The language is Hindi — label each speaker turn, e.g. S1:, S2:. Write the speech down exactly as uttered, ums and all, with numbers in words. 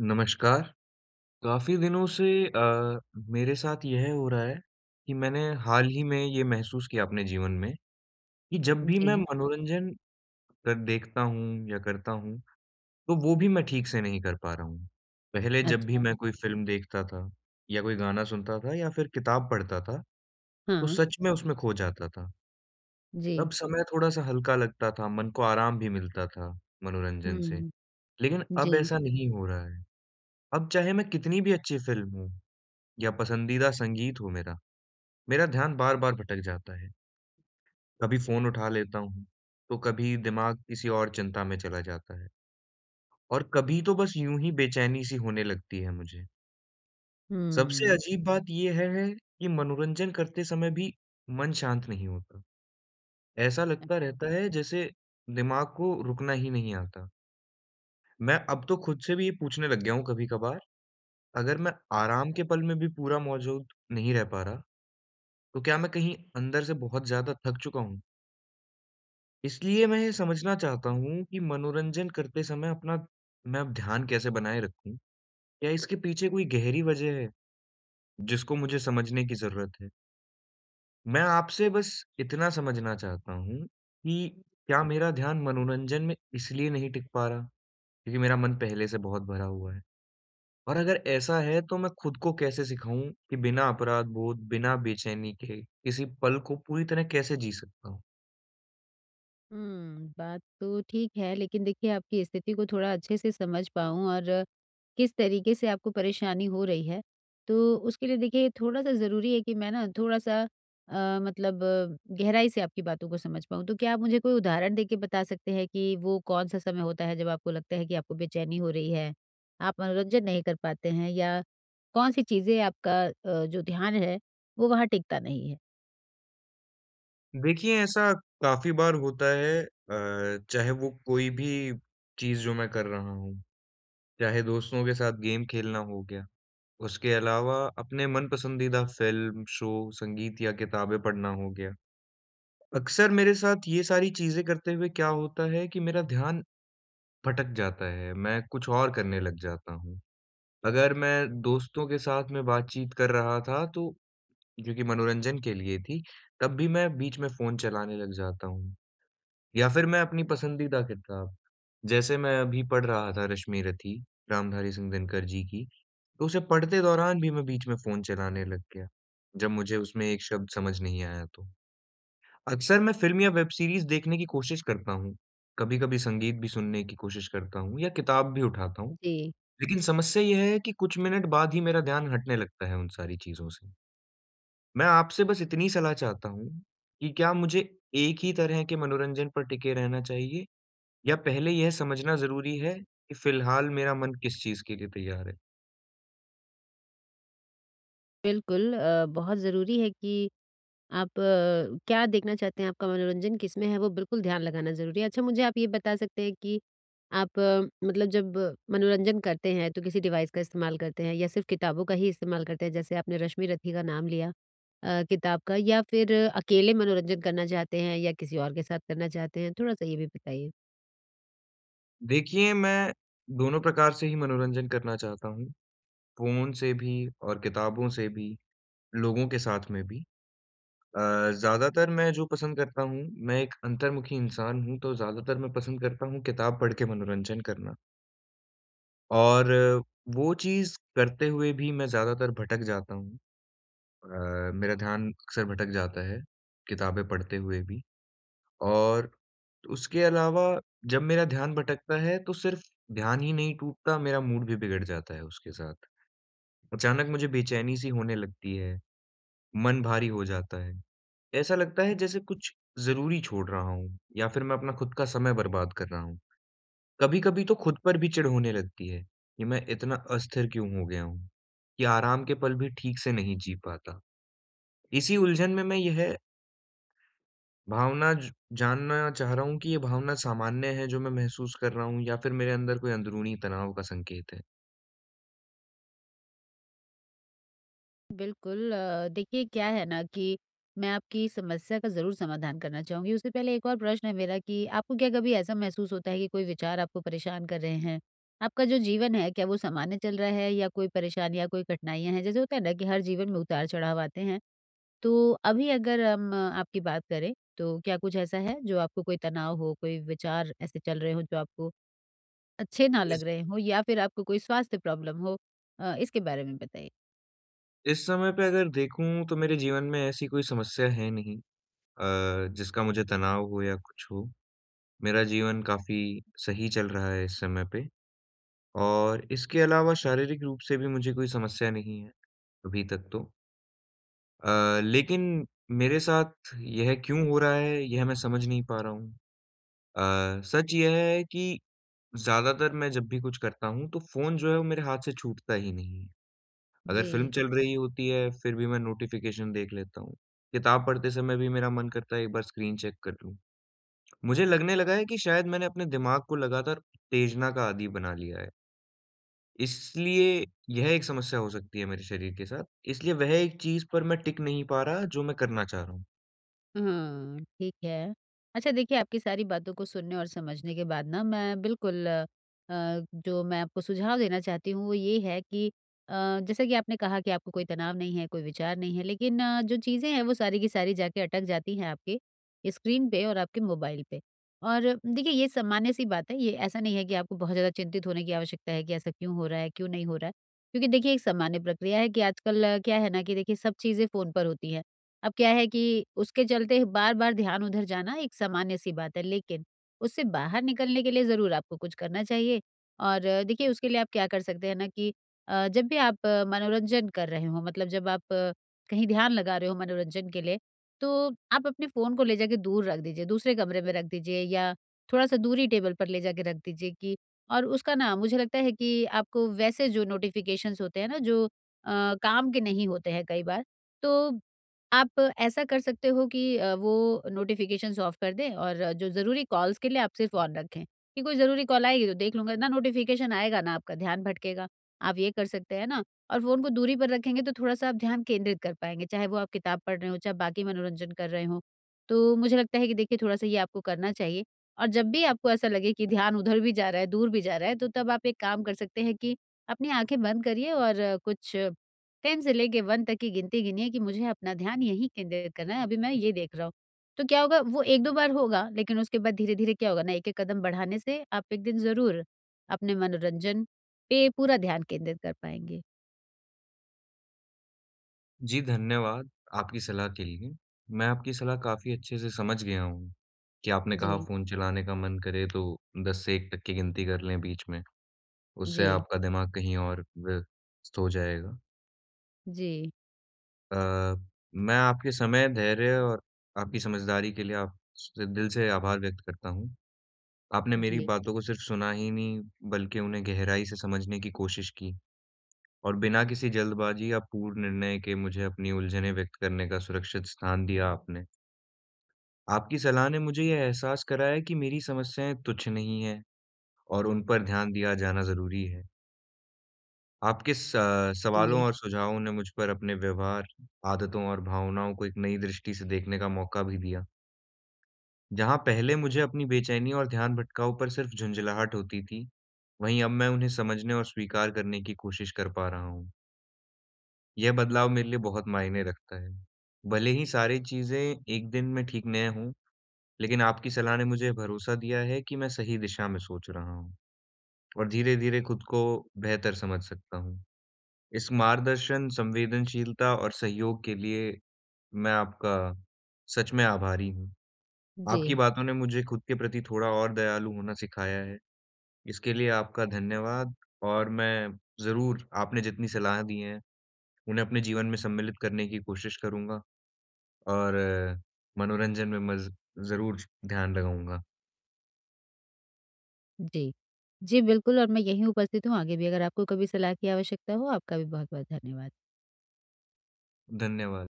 S1: नमस्कार, काफ़ी दिनों से अ, मेरे साथ यह हो रहा है कि मैंने हाल ही में ये महसूस किया अपने जीवन में कि जब भी मैं
S2: जी,
S1: मनोरंजन कर देखता हूँ या करता हूँ, तो वो भी मैं ठीक से नहीं कर पा रहा हूँ। पहले जब भी
S2: अच्छा,
S1: मैं कोई फ़िल्म देखता था या कोई गाना सुनता था या फिर किताब पढ़ता था, तो
S2: हाँ,
S1: सच में उसमें खो जाता था।
S2: जी,
S1: तब समय थोड़ा-सा हल्का लगता था, मन को आराम भी मिलता था मनोरंजन से।
S2: हुँ,
S1: लेकिन अब
S2: जी,
S1: ऐसा नहीं हो रहा है। अब चाहे मैं कितनी भी अच्छी फ़िल्म हूँ, या पसंदीदा संगीत हो मेरा, मेरा ध्यान बार-बार भटक जाता है। कभी फ़ोन उठा लेता हूँ, तो कभी दिमाग किसी और चिंता में चला जाता है और कभी तो बस यूँ ही बेचैनी-सी होने लगती है मुझे। सबसे
S2: हुँ।
S1: अजीब बात ये है है कि मनोरंजन करते समय भी मन शांत नहीं होता। ऐसा लगता रहता है जैसे दिमाग को रुकना ही नहीं आता। मैं अब तो खुद से भी ये पूछने लग गया हूँ कभी-कभार, अगर मैं आराम के पल में भी पूरा मौजूद नहीं रह पा रहा, तो क्या मैं कहीं अंदर से बहुत ज़्यादा थक चुका हूँ? इसलिए मैं ये समझना चाहता हूँ कि मनोरंजन करते समय अपना मैं अब ध्यान कैसे बनाए रखूँ? क्या इसके पीछे कोई गहरी वजह है, जिसको मुझे समझने की ज़रूरत है? मैं आपसे बस इतना समझना चाहता हूँ कि क्या मेरा ध्यान मनोरंजन में इसलिए नहीं टिक पा रहा, क्योंकि मेरा मन पहले से बहुत भरा हुआ है? और अगर ऐसा है, तो मैं खुद को कैसे सिखाऊँ कि बिना अपराध बोध, बिना बेचैनी के, किसी पल को पूरी तरह कैसे जी सकता हूँ?
S2: हुँ, बात तो ठीक है, लेकिन देखिए आपकी स्थिति को थोड़ा अच्छे से समझ पाऊँ और किस तरीके से आपको परेशानी हो रही है, तो उसके लिए देखिए थोड़ा-सा ज़रूरी है कि मैं ना थोड़ा-सा अ, मतलब अ, गहराई से आपकी बातों को समझ पाऊँ। तो क्या आप मुझे कोई उदाहरण देके बता सकते हैं कि वो कौन-सा समय होता है जब आपको लगता है कि आपको बेचैनी हो रही है, आप मनोरंजन नहीं कर पाते हैं या कौन-सी चीज़ें आपका अ, जो ध्यान है, वो वहाँ टिकता नहीं है?
S1: देखिए, ऐसा काफ़ी बार होता है अ, चाहे वो कोई भी चीज़ जो मैं कर रहा हूँ, चाहे दोस्तों के साथ गेम खेलना हो गया, उसके अलावा अपने मन पसंदीदा फ़िल्म, शो, संगीत या किताबें पढ़ना हो गया। अक्सर मेरे साथ ये सारी चीज़ें करते हुए क्या होता है कि मेरा ध्यान भटक जाता है, मैं कुछ और करने लग जाता हूँ। अगर मैं दोस्तों के साथ में बातचीत कर रहा था तो जो कि मनोरंजन के लिए थी, तब भी मैं बीच में फ़ोन चलाने लग जाता हूँ। या फिर मैं अपनी पसंदीदा किताब, जैसे मैं अभी पढ़ रहा था रश्मि-रथी, रामधारी सिंह दिनकर जी की, तो उसे पढ़ते दौरान भी मैं बीच में फ़ोन चलाने लग गया, जब मुझे उसमें एक शब्द समझ नहीं आया तो। अक्सर मैं फ़िल्म या वेब सीरीज़ देखने की कोशिश करता हूँ, कभी-कभी संगीत भी सुनने की कोशिश करता हूँ या किताब भी उठाता हूँ,
S2: जी।
S1: लेकिन समस्या ये है कि कुछ मिनट बाद ही मेरा ध्यान हटने लगता है उन सारी चीज़ों से। मैं आपसे बस इतनी सलाह चाहता हूँ कि क्या मुझे एक ही तरह के मनोरंजन पर टिके रहना चाहिए? या पहले यह समझना ज़रूरी है कि फ़िलहाल मेरा मन किस चीज़ के लिए तैयार है।
S2: बिल्कुल अ, बहुत ज़रूरी है कि आप अ, क्या देखना चाहते हैं, आपका मनोरंजन किसमें है, वो बिल्कुल ध्यान लगाना ज़रूरी है। अच्छा, मुझे आप ये बता सकते हैं कि आप अ, मतलब जब मनोरंजन करते हैं, तो किसी डिवाइस का इस्तेमाल करते हैं या सिर्फ़ किताबों का ही इस्तेमाल करते हैं? जैसे आपने रश्मि रथी का नाम लिया अ, किताब का या फिर अकेले मनोरंजन करना चाहते हैं या किसी और के साथ करना चाहते हैं? थोड़ा-सा ये भी बताइए।
S1: देखिए, मैं दोनों प्रकार से ही मनोरंजन करना चाहता हूँ, फ़ोन से भी और किताबों से भी, लोगों के साथ में भी। अ, ज़्यादातर मैं जो पसंद करता हूँ, मैं एक अंतर्मुखी इंसान हूँ, तो ज़्यादातर मैं पसंद करता हूँ किताब पढ़ के मनोरंजन करना और अ, वो चीज़ करते हुए भी मैं ज़्यादातर भटक जाता हूँ। अ, मेरा ध्यान अक्सर भटक जाता है, किताबें पढ़ते हुए भी। और तो उसके अलावा जब मेरा ध्यान भटकता है तो सिर्फ़ ध्यान ही नहीं टूटता, मेरा मूड भी बिगड़ जाता है उसके साथ। अचानक मुझे बेचैनी-सी होने लगती है, मन भारी हो जाता है। ऐसा लगता है जैसे कुछ ज़रूरी छोड़ रहा हूँ या फिर मैं अपना खुद का समय बर्बाद कर रहा हूँ। कभी-कभी तो खुद पर भी चिढ़ होने लगती है कि मैं इतना अस्थिर क्यों हो गया हूँ, कि आराम के पल भी ठीक से नहीं जी पाता। इसी उलझन में मैं यह भावना ज जानना चाह रहा हूँ कि ये भावना सामान्य है जो मैं महसूस कर रहा हूँ या फिर मेरे अंदर कोई अंदरूनी तनाव का संकेत है?
S2: बिल्कुल अ, देखिए क्या है ना कि मैं आपकी समस्या का ज़रूर समाधान करना चाहूँगी। उससे पहले एक और प्रश्न है मेरा कि आपको क्या कभी ऐसा महसूस होता है कि कोई विचार आपको परेशान कर रहे हैं? आपका जो जीवन है क्या वो सामान्य चल रहा है या कोई परेशानी या कोई कठिनाइयाँ हैं? जैसे होता है ना कि हर जीवन में उतार-चढ़ाव आते हैं। तो अभी अगर हम अ, आपकी बात करें तो क्या कुछ ऐसा है जो आपको कोई तनाव हो, कोई विचार ऐसे चल रहे हों जो आपको अच्छे ना लग
S1: इस
S2: रहे हों या फिर आपको कोई स्वास्थ्य प्रॉब्लम हो? अ, इसके बारे में बताइए।
S1: इस समय पे अगर देखूँ तो मेरे जीवन में ऐसी कोई समस्या है नहीं अ, जिसका मुझे तनाव हो या कुछ हो। मेरा जीवन काफ़ी सही चल रहा है इस समय पे और इसके अलावा शारीरिक रूप से भी मुझे कोई समस्या नहीं है, अभी तक तो। अ, लेकिन मेरे साथ यह क्यों हो रहा है, यह मैं समझ नहीं पा रहा हूँ। अ, सच यह है कि ज़्यादातर मैं जब भी कुछ करता हूँ, तो फ़ोन जो है वो मेरे हाथ से छूटता ही नहीं है। अगर
S2: जी।
S1: फ़िल्म चल रही होती है, फिर भी मैं नोटिफ़िकेशन देख लेता हूँ। किताब पढ़ते समय भी मेरा मन करता है एक बार स्क्रीन चेक कर लूँ। मुझे लगने लगा है कि शायद मैंने अपने दिमाग को लगातार उत्तेजना का आदी बना लिया है। इसलिए यह एक समस्या हो सकती है मेरे शरीर के साथ। इसलिए वह एक चीज़ पर मैं टिक नहीं पा रहा जो मैं करना चाह रहा हूँ।
S2: हाँ, ठीक है। अच्छा देखिए, आपकी सारी बातों को सुनने और समझने के बाद ना मैं बिल्कुल अ, जो मैं आपको सुझाव देना चाहती हूँ वो ये है कि अ, जैसा कि आपने कहा कि आपको कोई तनाव नहीं है, कोई विचार नहीं है, लेकिन अ, जो चीज़ें हैं वो सारी की सारी जाके अटक जाती हैं आपके स्क्रीन पे और आपके मोबाइल पे। और देखिए ये सामान्य-सी बात है, ये ऐसा नहीं है कि आपको बहुत ज़्यादा चिंतित होने की आवश्यकता है कि ऐसा क्यों हो रहा है, क्यों नहीं हो रहा है? क्योंकि देखिए एक सामान्य प्रक्रिया है कि आजकल अ, क्या है ना कि देखिए सब चीज़ें फ़ोन पर होती हैं। अब क्या है कि उसके चलते बार-बार ध्यान उधर जाना एक सामान्य सी बात है, लेकिन उससे बाहर निकलने के लिए ज़रूर आपको कुछ करना चाहिए और अ, देखिए उसके लिए आप क्या कर सकते हैं ना कि अ, जब भी आप अ, मनोरंजन कर रहे हो मतलब जब आप अ, कहीं ध्यान लगा रहे हो मनोरंजन के लिए, तो आप अपने फ़ोन को ले जाके दूर रख दीजिए, दूसरे कमरे में रख दीजिए या थोड़ा-सा दूरी टेबल पर ले जाके रख दीजिए कि और उसका ना मुझे लगता है कि आपको वैसे जो नोटिफ़िकेशंस होते हैं ना जो अ, काम के नहीं होते हैं कई बार, तो आप ऐसा कर सकते हो कि अ, वो नोटिफ़िकेशंस ऑफ कर दें और अ, जो ज़रूरी कॉल्स के लिए आप सिर्फ़ ऑन रखें, कि कोई ज़रूरी कॉल आएगी तो देख लूँगा, ना नोटिफ़िकेशन आएगा, ना आपका ध्यान भटकेगा। आप ये कर सकते हैं ना और फ़ोन को दूरी पर रखेंगे तो थोड़ा-सा आप ध्यान केंद्रित कर पाएँगे, चाहे वो आप किताब पढ़ रहे हों, चाहे बाकी मनोरंजन कर रहे हों। तो मुझे लगता है कि देखिए थोड़ा-सा ये आपको करना चाहिए और जब भी आपको ऐसा लगे कि ध्यान उधर भी जा रहा है, दूर भी जा रहा है, तो तब आप एक काम कर सकते हैं कि अपनी आँखें बंद करिए और अ, कुछ टेन से लेके वन तक की गिनती गिनिए कि मुझे अपना ध्यान यहीं केंद्रित करना है, अभी मैं ये देख रहा हूँ। तो क्या होगा वो एक दो बार होगा, लेकिन उसके बाद धीरे-धीरे क्या होगा ना, एक-एक कदम बढ़ाने से आप एक दिन ज़रूर अपने मनोरंजन पे पूरा ध्यान केंद्रित कर पाएँगे।
S1: जी, धन्यवाद आपकी सलाह के लिए। मैं आपकी सलाह काफ़ी अच्छे से समझ गया हूँ, कि आपने कहा
S2: जी,
S1: फ़ोन चलाने का मन करे तो दस से एक तक की गिनती कर लें बीच में, उससे
S2: जी,
S1: आपका दिमाग कहीं और व्यस्त हो जाएगा।
S2: जी,
S1: अ, मैं आपके समय, धैर्य और आपकी समझदारी के लिए आप से दिल से आभार व्यक्त करता हूँ। आपने मेरी
S2: जी,
S1: बातों को सिर्फ़ सुना ही नहीं, बल्कि उन्हें गहराई से समझने की कोशिश की और बिना किसी जल्दबाज़ी या पूर्ण निर्णय के मुझे अपनी उलझनें व्यक्त करने का सुरक्षित स्थान दिया आपने। आपकी सलाह ने मुझे यह एहसास कराया कि मेरी समस्याएँ तुच्छ नहीं हैं और उन पर ध्यान दिया जाना ज़रूरी है। आपके स सवालों
S2: जी,
S1: और सुझावों ने मुझ पर अपने व्यवहार, आदतों और भावनाओं को एक नई दृष्टि से देखने का मौका भी दिया। जहाँ पहले मुझे अपनी बेचैनी और ध्यान भटकाव पर सिर्फ़ झुँझलाहट होती थी, वहीं अब मैं उन्हें समझने और स्वीकार करने की कोशिश कर पा रहा हूँ। यह बदलाव मेरे लिए बहुत मायने रखता है। भले ही सारी चीज़ें एक दिन में ठीक न हों, लेकिन आपकी सलाह ने मुझे भरोसा दिया है कि मैं सही दिशा में सोच रहा हूँ और धीरे-धीरे खुद को बेहतर समझ सकता हूँ। इस मार्गदर्शन, संवेदनशीलता और सहयोग के लिए मैं आपका सच में आभारी हूँ।
S2: जी,
S1: आपकी बातों ने मुझे खुद के प्रति थोड़ा और दयालु होना सिखाया है। इसके लिए आपका धन्यवाद और मैं ज़रूर आपने जितनी सलाह दी हैं, उन्हें अपने जीवन में सम्मिलित करने की कोशिश करूँगा और अ, मनोरंजन में मैं ज़ ज़रूर ध्यान लगाऊँगा।
S2: जी। जी, बिल्कुल और मैं यहीं उपस्थित हूँ, आगे भी अगर आपको कभी सलाह की आवश्यकता हो, आपका भी बहुत-बहुत धन्यवाद।
S1: धन्यवाद।